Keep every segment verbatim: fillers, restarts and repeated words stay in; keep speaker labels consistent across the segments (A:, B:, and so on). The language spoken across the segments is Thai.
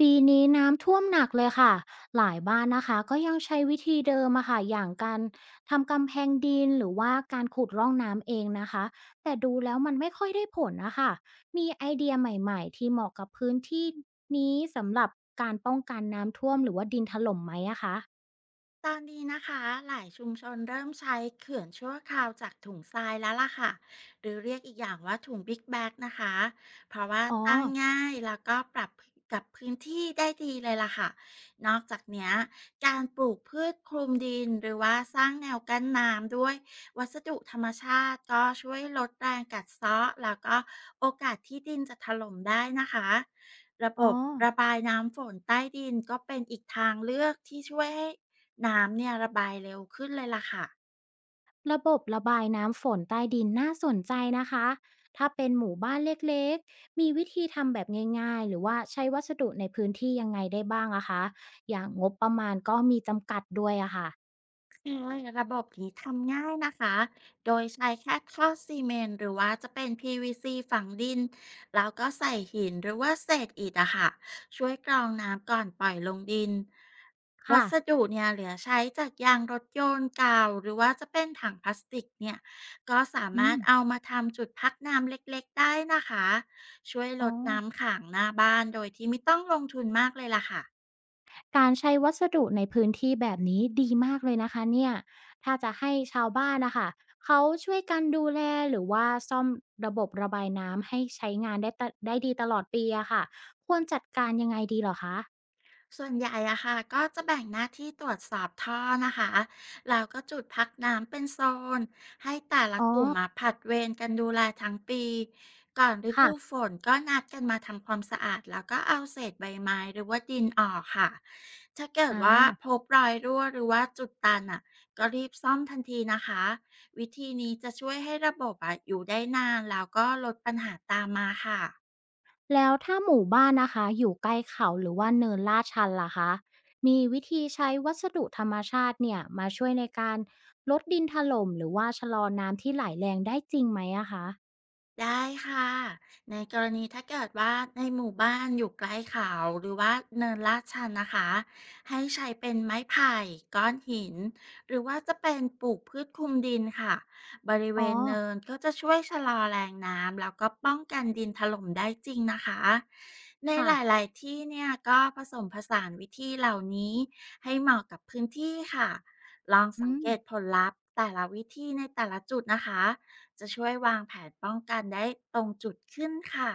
A: ปีนี้น้ำท่วมหนักเลยค่ะหลายบ้านนะคะก็ยังใช้วิธีเดิมอะค่ะอย่างการทำกำแพงดินหรือว่าการขุดร่องน้ำเองนะคะแต่ดูแล้วมันไม่ค่อยได้ผลนะคะมีไอเดียใหม่ๆที่เหมาะกับพื้นที่นี้สำหรับการป้องกันน้ำท่วมหรือว่าดินถล่มไหมอะคะ
B: ตอนนี้นะคะหลายชุมชนเริ่มใช้เขื่อนชั่วคราวจากถุงทรายแล้วล่ะค่ะหรือเรียกอีกอย่างว่าถุงบิ๊กแบกนะคะเพราะว่า
A: อ๋อ
B: ตั้งง่ายแล้วก็ปรับกับพื้นที่ได้ดีเลยล่ะค่ะนอกจากเนี้ยการปลูกพืชคลุมดินหรือว่าสร้างแนวกั้นน้ำด้วยวัสดุธรรมชาติก็ช่วยลดแรงกัดเซาะแล้วก็โอกาสที่ดินจะถล่มได้นะคะระบ
A: อ๋อ
B: บระบายน้ำฝนใต้ดินก็เป็นอีกทางเลือกที่ช่วยให้ น้ำเนี่ยระบายเร็วขึ้นเลยล่ะค่ะ
A: ระบบระบายน้ำฝนใต้ดินน่าสนใจนะคะ ถ้าเป็นหมู่บ้านเล็กๆ มีวิธีทำแบบง่ายๆ หรือว่าใช้วัสดุในพื้นที่ยังไงได้บ้างอะคะอย่างงบประมาณก็มีจำกัดด้วยอะค่ะ
B: คือระบบนี้ทำง่ายนะคะ โดยใช้แค่ท่อซีเมนต์หรือว่าจะเป็น พี วี ซี ฝังดิน แล้วก็ใส่หินหรือว่าเศษอิฐอะค่ะช่วยกรองน้ำก่อนปล่อยลงดิน วั
A: ค่ะ
B: สดุเนี่ยเหลือใช้จากยางรถยนต์เก่าหรือว่าจะเป็นถังพลาสติกเนี่ย ก็สา
A: อื
B: มา
A: ม
B: รถเอามาทำจุดพักน้ำเล็กๆได้นะคะ ช่วยล
A: อ๋อ
B: ดน้ำขังหน้าบ้านโดยที่ไม่ต้องลงทุนมากเลยล่ะค่ะ
A: การใช้วัสดุในพื้นที่แบบนี้ดีมากเลยนะคะเนี่ย ถ้าจะให้ชาวบ้านนะคะเขาช่วยกันดูแลหรือว่าซ่อมระบบระบายน้ำให้ใช้งานได้ตะได้ดีตลอดปีอะค่ะควรจัดการยังไงดีเหรอคะ
B: ส่วนใหญ่อะค่ะก็จะแบ่งหน้าที่ตรวจสอบท่อนะคะแล้วก็จุดพักน้ำเป็นโซนให้แต่ละ
A: อ๋อ
B: กลุ่มมาผลัดเวรกันดูแลทั้งปีก่อนฤดูฝ
A: ค่ะ
B: นก็นัดกันมาทำความสะอาดแล้วก็เอาเศษใบไม้หรือว่าดินออกค่ะถ้าเกิด
A: อา
B: ว่าพบรอยรั่วหรือว่าจุดตันอะก็รีบซ่อมทันทีนะคะวิธีนี้จะช่วยให้ระบบอะอยู่ได้นานแล้วก็ลดปัญหาตามมาค่ะ
A: แล้วถ้าหมู่บ้านนะคะอยู่ใกล้เขาหรือว่าเนินลาดชันล่ะคะมีวิธีใช้วัสดุธรรมชาติเนี่ยมาช่วยในการลดดินถล่มหรือว่าชะลอน้ำที่ไหลแรงได้จริงไหมอะคะ
B: ได้ค่ะในกรณีถ้าเกิดว่าในหมู่บ้านอยู่ใกล้เขาหรือว่าเนินลาดชันนะคะให้ใช้เป็นไม้ไผ่ก้อนหินหรือว่าจะเป็นปลูกพืชคลุมดินค่ะบริเว
A: อ๋อ
B: ณเนินก็จะช่วยชะลอแรงน้ำแล้วก็ป้องกันดินถล่มได้จริงนะคะในห
A: ค่ะ
B: ลายๆที่เนี่ยก็ผสมผสานวิธีเหล่านี้ให้เหมาะกับพื้นที่ค่ะลองสั
A: อื
B: ง
A: ม
B: เกตผลลัพธ์แต่ละวิธีในแต่ละจุดนะคะ จะช่วยวางแผนป้องกันได้ตรงจุดขึ้นค่ะ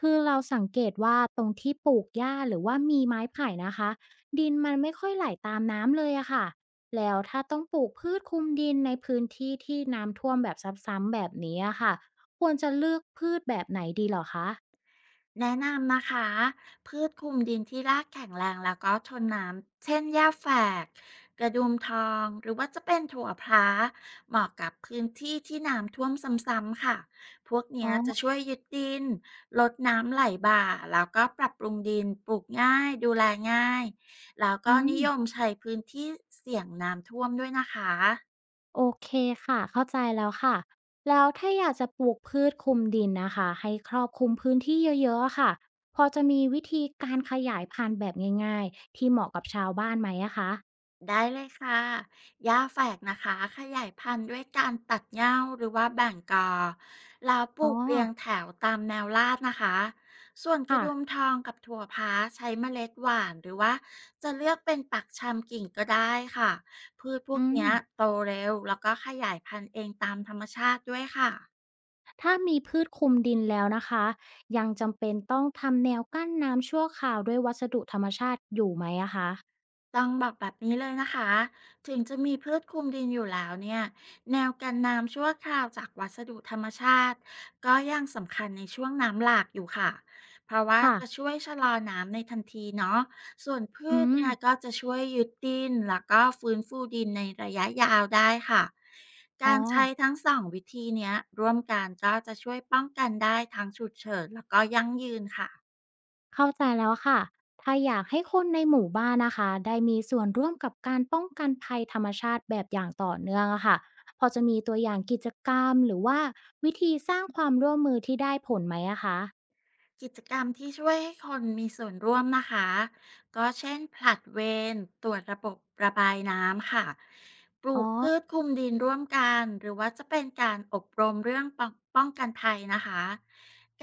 A: คือเราสังเกตว่าตรงที่ปลูกหญ้าหรือว่ามีไม้ไผ่นะคะดินมันไม่ค่อยไหลตามน้ำเลยอะค่ะแล้วถ้าต้องปลูกพืชคลุมดินในพื้นที่ที่น้ำท่วมแบบซ้ำๆแบบนี้อะค่ะควรจะเลือกพืชแบบไหนดีเหรอคะ
B: แนะนำนะคะ พืชคลุมดินที่รากแข็งแรงแล้วก็ทนน้ำเช่นหญ้าแฝกกระดุมทองหรือว่าจะเป็นถั่วพลาเหมาะกับพื้นที่ที่น้ำท่วมซ้ำๆค่ะ พวก
A: อ๋
B: เนี้ยจะ
A: อ
B: ช่วยยึดดินลดน้ำไหลบ่า แล้วก็ปรับปรุงดินปลูกง่ายดูแลง่าย แล้ว
A: อื
B: ก็
A: ม
B: นิยมใช้พื้นที่เสี่ยงน้ำท่วมด้วยนะคะ
A: โอเคค่ะ เข้าใจแล้วค่ะ แล้วถ้าอยากจะปลูกพืชคลุมดินนะคะ ให้ครอบคลุมพื้นที่เยอะๆอะค่ะ พอจะมีวิธีการขยายพันธุ์แบบง่ายๆที่เหมาะกับชาวบ้านไหมอะคะ
B: ได้เลยค่ะหญ้าแฝกนะคะขยายพันธุ์ด้วยการตัดเหญ้าหรือว่าแบ่งกอแล้วป
A: อ๋
B: ลู
A: อ
B: กเรียงแถวตามแนวลาดนะคะ ส่วนกระ
A: ค่ะ
B: ดุมทองกับถั่วพ้าใช้เมล็ดหวานหรือว่าจะเลือกเป็นปักชำกิ่งก็ได้ค่ะ พืชพวก
A: อืม
B: เนี้ยโตเร็วแล้วก็ขยายพันธุ์เองตามธรรมชาติด้วยค่ะ
A: ถ้ามีพืชคลุมดินแล้วนะคะ ยังจำเป็นต้องทำแนวกั้นน้ำชั่วคราวด้วยวัสดุธรรมชาติอยู่ไหมอะคะ
B: ต้องบอกแบบนี้เลยนะคะถึงจะมีพืชคลุมดินอยู่แล้วเนี่ยแนวกันน้ำชั่วคราวจากวัสดุธรรมชาติก็ยังสำคัญในช่วงน้ำหลากอยู่ค่ะเพราะว่า
A: ค่ะ
B: จะช่วยชะลอน้ำในทันทีเนาะส่วนพื
A: อื
B: ช
A: ม
B: เนี่ยก็จะช่วยยึดดินแล้วก็ฟื้นฟูดินในระยะยาวได้ค่ะ
A: อ๋อ
B: การใช้ทั้งสองวิธีเนี้ยร่วมกันก็จะช่วยป้องกันได้ทั้งฉุกเฉินแล้วก็ยั่งยืนค่ะ
A: เข้าใจแล้วค่ะถ้าอยากให้คนในหมู่บ้านนะคะได้มีส่วนร่วมกับการป้องกันภัยธรรมชาติแบบอย่างต่อเนื่องอะค่ะพอจะมีตัวอย่างกิจกรรมหรือว่าวิธีสร้างความร่วมมือที่ได้ผลไหมอะคะ
B: กิจกรรมที่ช่วยให้คนมีส่วนร่วมนะคะก็เช่นผลัดเวรตรวจระบบระบายน้ำค่ะปลู
A: อ๋อ
B: กพืชคลุมดินร่วมกันหรือว่าจะเป็นการอบรมเรื่องป้องป้องกันภัยนะคะ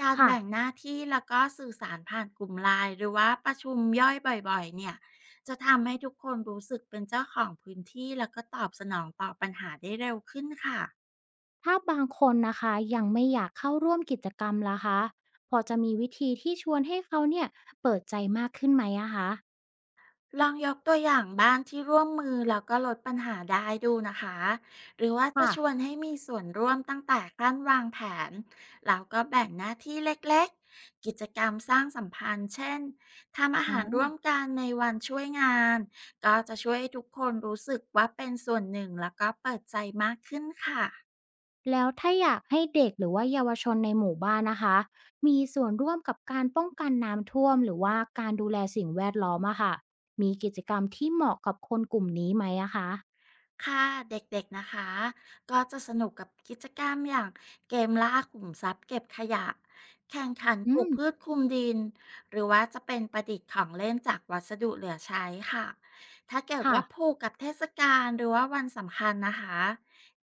B: การ
A: ค่ะ
B: แบ่งหน้าที่แล้วก็สื่อสารผ่านกลุ่มไลน์หรือว่าประชุมย่อยบ่อยๆเนี่ยจะทำให้ทุกคนรู้สึกเป็นเจ้าของพื้นที่แล้วก็ตอบสนองต่อปัญหาได้เร็วขึ้นค่ะ
A: ถ้าบางคนนะคะยังไม่อยากเข้าร่วมกิจกรรมล่ะคะพอจะมีวิธีที่ชวนให้เขาเนี่ยเปิดใจมากขึ้นไหมอะคะ
B: ลองยกตัวอย่างบ้านที่ร่วมมือแล้วก็ลดปัญหาได้ดูนะคะหรือว่าจะ
A: ค่
B: ชวนให้มีส่วนร่วมตั้งแต่ขั้นวางแผนแล้วก็แบ่งหน้าที่เล็กๆกิจกรรมสร้างสัมพันธ์เช่นทำอาหารร่
A: ะ
B: วมกันในวันช่วยงานก็จะช่วยให้ทุกคนรู้สึกว่าเป็นส่วนหนึ่งแล้วก็เปิดใจมากขึ้นค่ะ
A: แล้วถ้าอยากให้เด็กหรือว่าเยาวชนในหมู่บ้านนะคะมีส่วนร่วมกับการป้องกันน้ำท่วมหรือว่าการดูแลสิ่งแวดล้อมอะค่ะมีกิจกรรมที่เหมาะกับคนกลุ่มนี้ไหมอะคะ
B: ค่ะเด็กๆนะคะก็จะสนุกกับกิจกรรมอย่างเกมล่าขุมทรัพย์เก็บขยะแข่งขันป
A: อื
B: ลูก
A: ม
B: พืชคลุมดินหรือว่าจะเป็นประดิษฐ์ของเล่นจากวัสดุเหลือใช้ค่ะถ้าเกิด
A: ค่ะ
B: ว่าผูกกับเทศกาลหรือว่าวันสำคัญนะคะ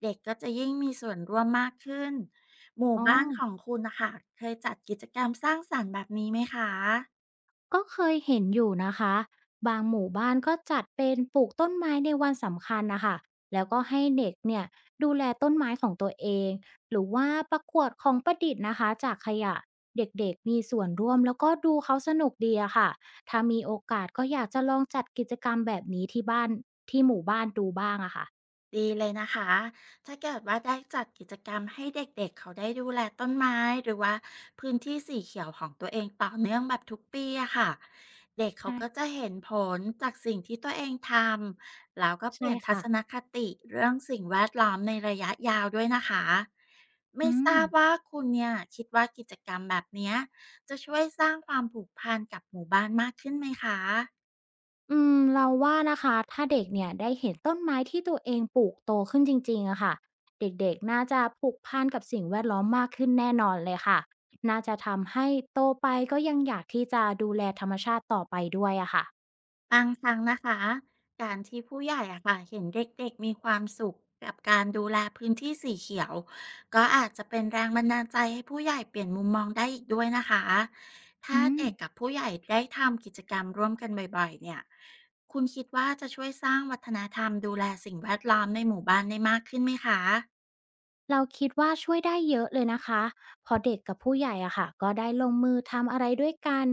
B: เด็กก็จะยิ่งมีส่วนร่วมมากขึ้นหมู่
A: อ๋อ
B: บ้านของคุณนะคะเคยจัดกิจกรรมสร้างสรรค์แบบนี้ไหมคะ
A: ก็เคยเห็นอยู่นะคะบางหมู่บ้านก็จัดเป็นปลูกต้นไม้ในวันสำคัญนะคะแล้วก็ให้เด็กเนี่ยดูแลต้นไม้ของตัวเองหรือว่าประกวดของประดิษฐ์นะคะจากขยะเด็กๆมีส่วนร่วมแล้วก็ดูเขาสนุกดีอะค่ะถ้ามีโอกาสก็อยากจะลองจัดกิจกรรมแบบนี้ที่บ้านที่หมู่บ้านดูบ้างอะค่ะ
B: ดีเลยนะคะ ถ้าเกิดว่าได้จัดกิจกรรมให้เด็กๆเขาได้ดูแลต้นไม้หรือว่าพื้นที่สีเขียวของตัวเองต่อเนื่องแบบทุกปีอะค่ะเด็กเขาก็จะ
A: ใช่
B: เห็นผลจากสิ่งที่ตัวเองทำแล้วก็เป
A: ใช่
B: ลี่ยนทั
A: ค่ะ
B: ศนคติเรื่องสิ่งแวดล้อมในระยะยาวด้วยนะคะไม่
A: อื
B: ท
A: ม
B: ราบว่าคุณเนี่ยคิดว่ากิจกรรมแบบเนี้ยจะช่วยสร้างความผูกพันกับหมู่บ้านมากขึ้นไหมคะ
A: อืมเราว่านะคะถ้าเด็กเนี่ยได้เห็นต้นไม้ที่ตัวเองปลูกโตขึ้นจริงๆอะค่ะเด็กๆน่าจะผูกพันกับสิ่งแวดล้อมมากขึ้นแน่นอนเลยค่ะน่าจะทำให้โตไปก็ยังอยากที่จะดูแลธรรมชาติต่อไปด้วยอะค่ะ
B: บางครั้งนะคะการที่ผู้ใหญ่อะค่ะเห็นเด็กๆมีความสุขกับการดูแลพื้นที่สีเขียวก็อาจจะเป็นแรงบันดาลใจให้ผู้ใหญ่เปลี่ยนมุมมองได้อีกด้วยนะคะถ้า
A: อืม
B: เด็กกับผู้ใหญ่ได้ทำกิจกรรมร่วมกันบ่อยๆเนี่ยคุณคิดว่าจะช่วยสร้างวัฒนธรรมดูแลสิ่งแวดล้อมในหมู่บ้านได้มากขึ้นไหมคะ
A: เราคิดว่าช่วยได้เยอะเลยนะคะเพราะเด็กกับผู้ใหญ่อะค่ะก็ได้ลงมือทำอะไรด้วยกัน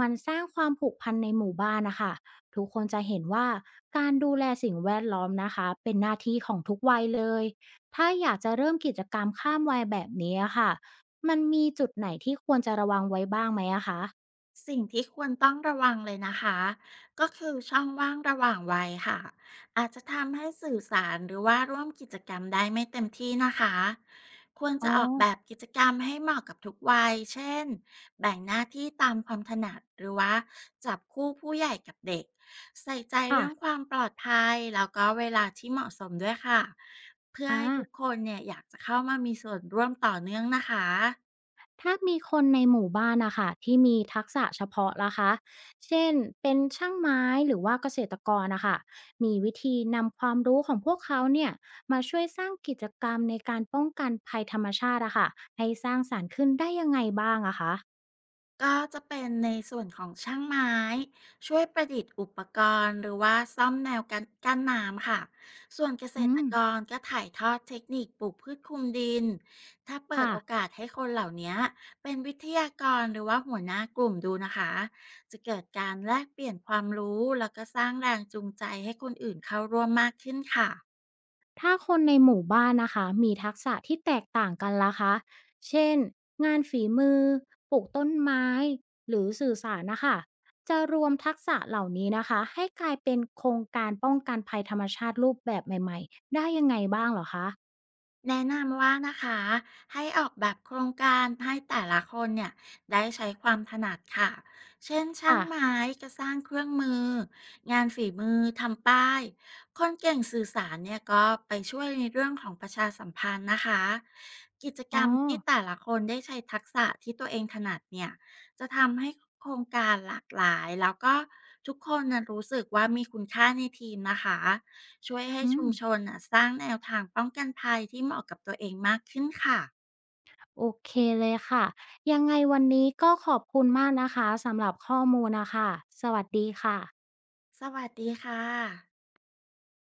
A: มันสร้างความผูกพันในหมู่บ้านนะคะทุกคนจะเห็นว่าการดูแลสิ่งแวดล้อมนะคะเป็นหน้าที่ของทุกวัยเลยถ้าอยากจะเริ่มกิจกรรมข้ามวัยแบบนี้อะค่ะมันมีจุดไหนที่ควรจะระวังไว้บ้างไหมอะคะ
B: สิ่งที่ควรต้องระวังเลยนะคะก็คือช่องว่างระหว่างวัยค่ะอาจจะทำให้สื่อสารหรือว่าร่วมกิจกรรมได้ไม่เต็มที่นะคะควร
A: อ๋
B: จะ
A: อ
B: ออกแบบกิจกรรมให้เหมาะกับทุกวัยเช่นแบ่งหน้าที่ตามความถนัดหรือว่าจับคู่ผู้ใหญ่กับเด็กใส่ใจเรื่องค
A: ค่ะ
B: วามปลอดภัยแล้วก็เวลาที่เหมาะสมด้วยค่ะเพื่อ
A: อา
B: ให้ทุกคนเนี่ยอยากจะเข้ามามีส่วนร่วมต่อเนื่องนะคะ
A: ถ้ามีคนในหมู่บ้านนะคะที่มีทักษะเฉพาะล่ะคะเช่นเป็นช่างไม้หรือว่าเกษตรกรนะคะมีวิธีนำความรู้ของพวกเขาเนี่ยมาช่วยสร้างกิจกรรมในการป้องกันภัยธรรมชาติอะค่ะให้สร้างสรรค์ขึ้นได้ยังไงบ้างอะคะ
B: ก็จะเป็นในส่วนของช่างไม้ช่วยประดิษฐ์อุปกรณ์หรือว่าซ่อมแนวกันกั้นน้ำค่ะส่วนเกษ
A: อื
B: ตร
A: ม
B: กรก็ถ่ายทอดเทคนิคปลูกพืชคลุมดินถ้าเปิด
A: ค่ะ
B: โอกาสให้คนเหล่านี้เป็นวิทยากรหรือว่าหัวหน้ากลุ่มดูนะคะจะเกิดการแลกเปลี่ยนความรู้แล้วก็สร้างแรงจูงใจให้คนอื่นเข้าร่วมมากขึ้นค่ะ
A: ถ้าคนในหมู่บ้านนะคะมีทักษะที่แตกต่างกันล่ะคะเช่นงานฝีมือปลูกต้นไม้หรือสื่อสารนะคะจะรวมทักษะเหล่านี้นะคะให้กลายเป็นโครงการป้องกันภัยธรรมชาติรูปแบบใหม่ๆได้ยังไงบ้างเหรอคะ
B: แนะนำว่านะคะให้ออกแบบโครงการให้แต่ละคนเนี่ยได้ใช้ความถนัดค่ะเช่นช่าง
A: ค่ะ
B: ไม้ก็สร้างเครื่องมืองานฝีมือทำป้ายคนเก่งสื่อสารเนี่ยก็ไปช่วยในเรื่องของประชาสัมพันธ์นะคะกิจกร
A: อ๋อ
B: รมที่แต่ละคนได้ใช้ทักษะที่ตัวเองถนัดเนี่ยจะทำให้โครงการหลากหลายแล้วก็ทุกคนนะรู้สึกว่ามีคุณค่าในทีมนะคะ ช่วยให้
A: อื
B: ชุ
A: ม
B: มชนน่ะสร้างแนวทางป้องกันภัยที่เหมาะกับตัวเองมากขึ้นค่ะ
A: โอเคเลยค่ะยังไงวันนี้ก็ขอบคุณมากนะคะสำหรับข้อมูลนะคะสวัสดีค่ะ
B: สวัสดีค่ะ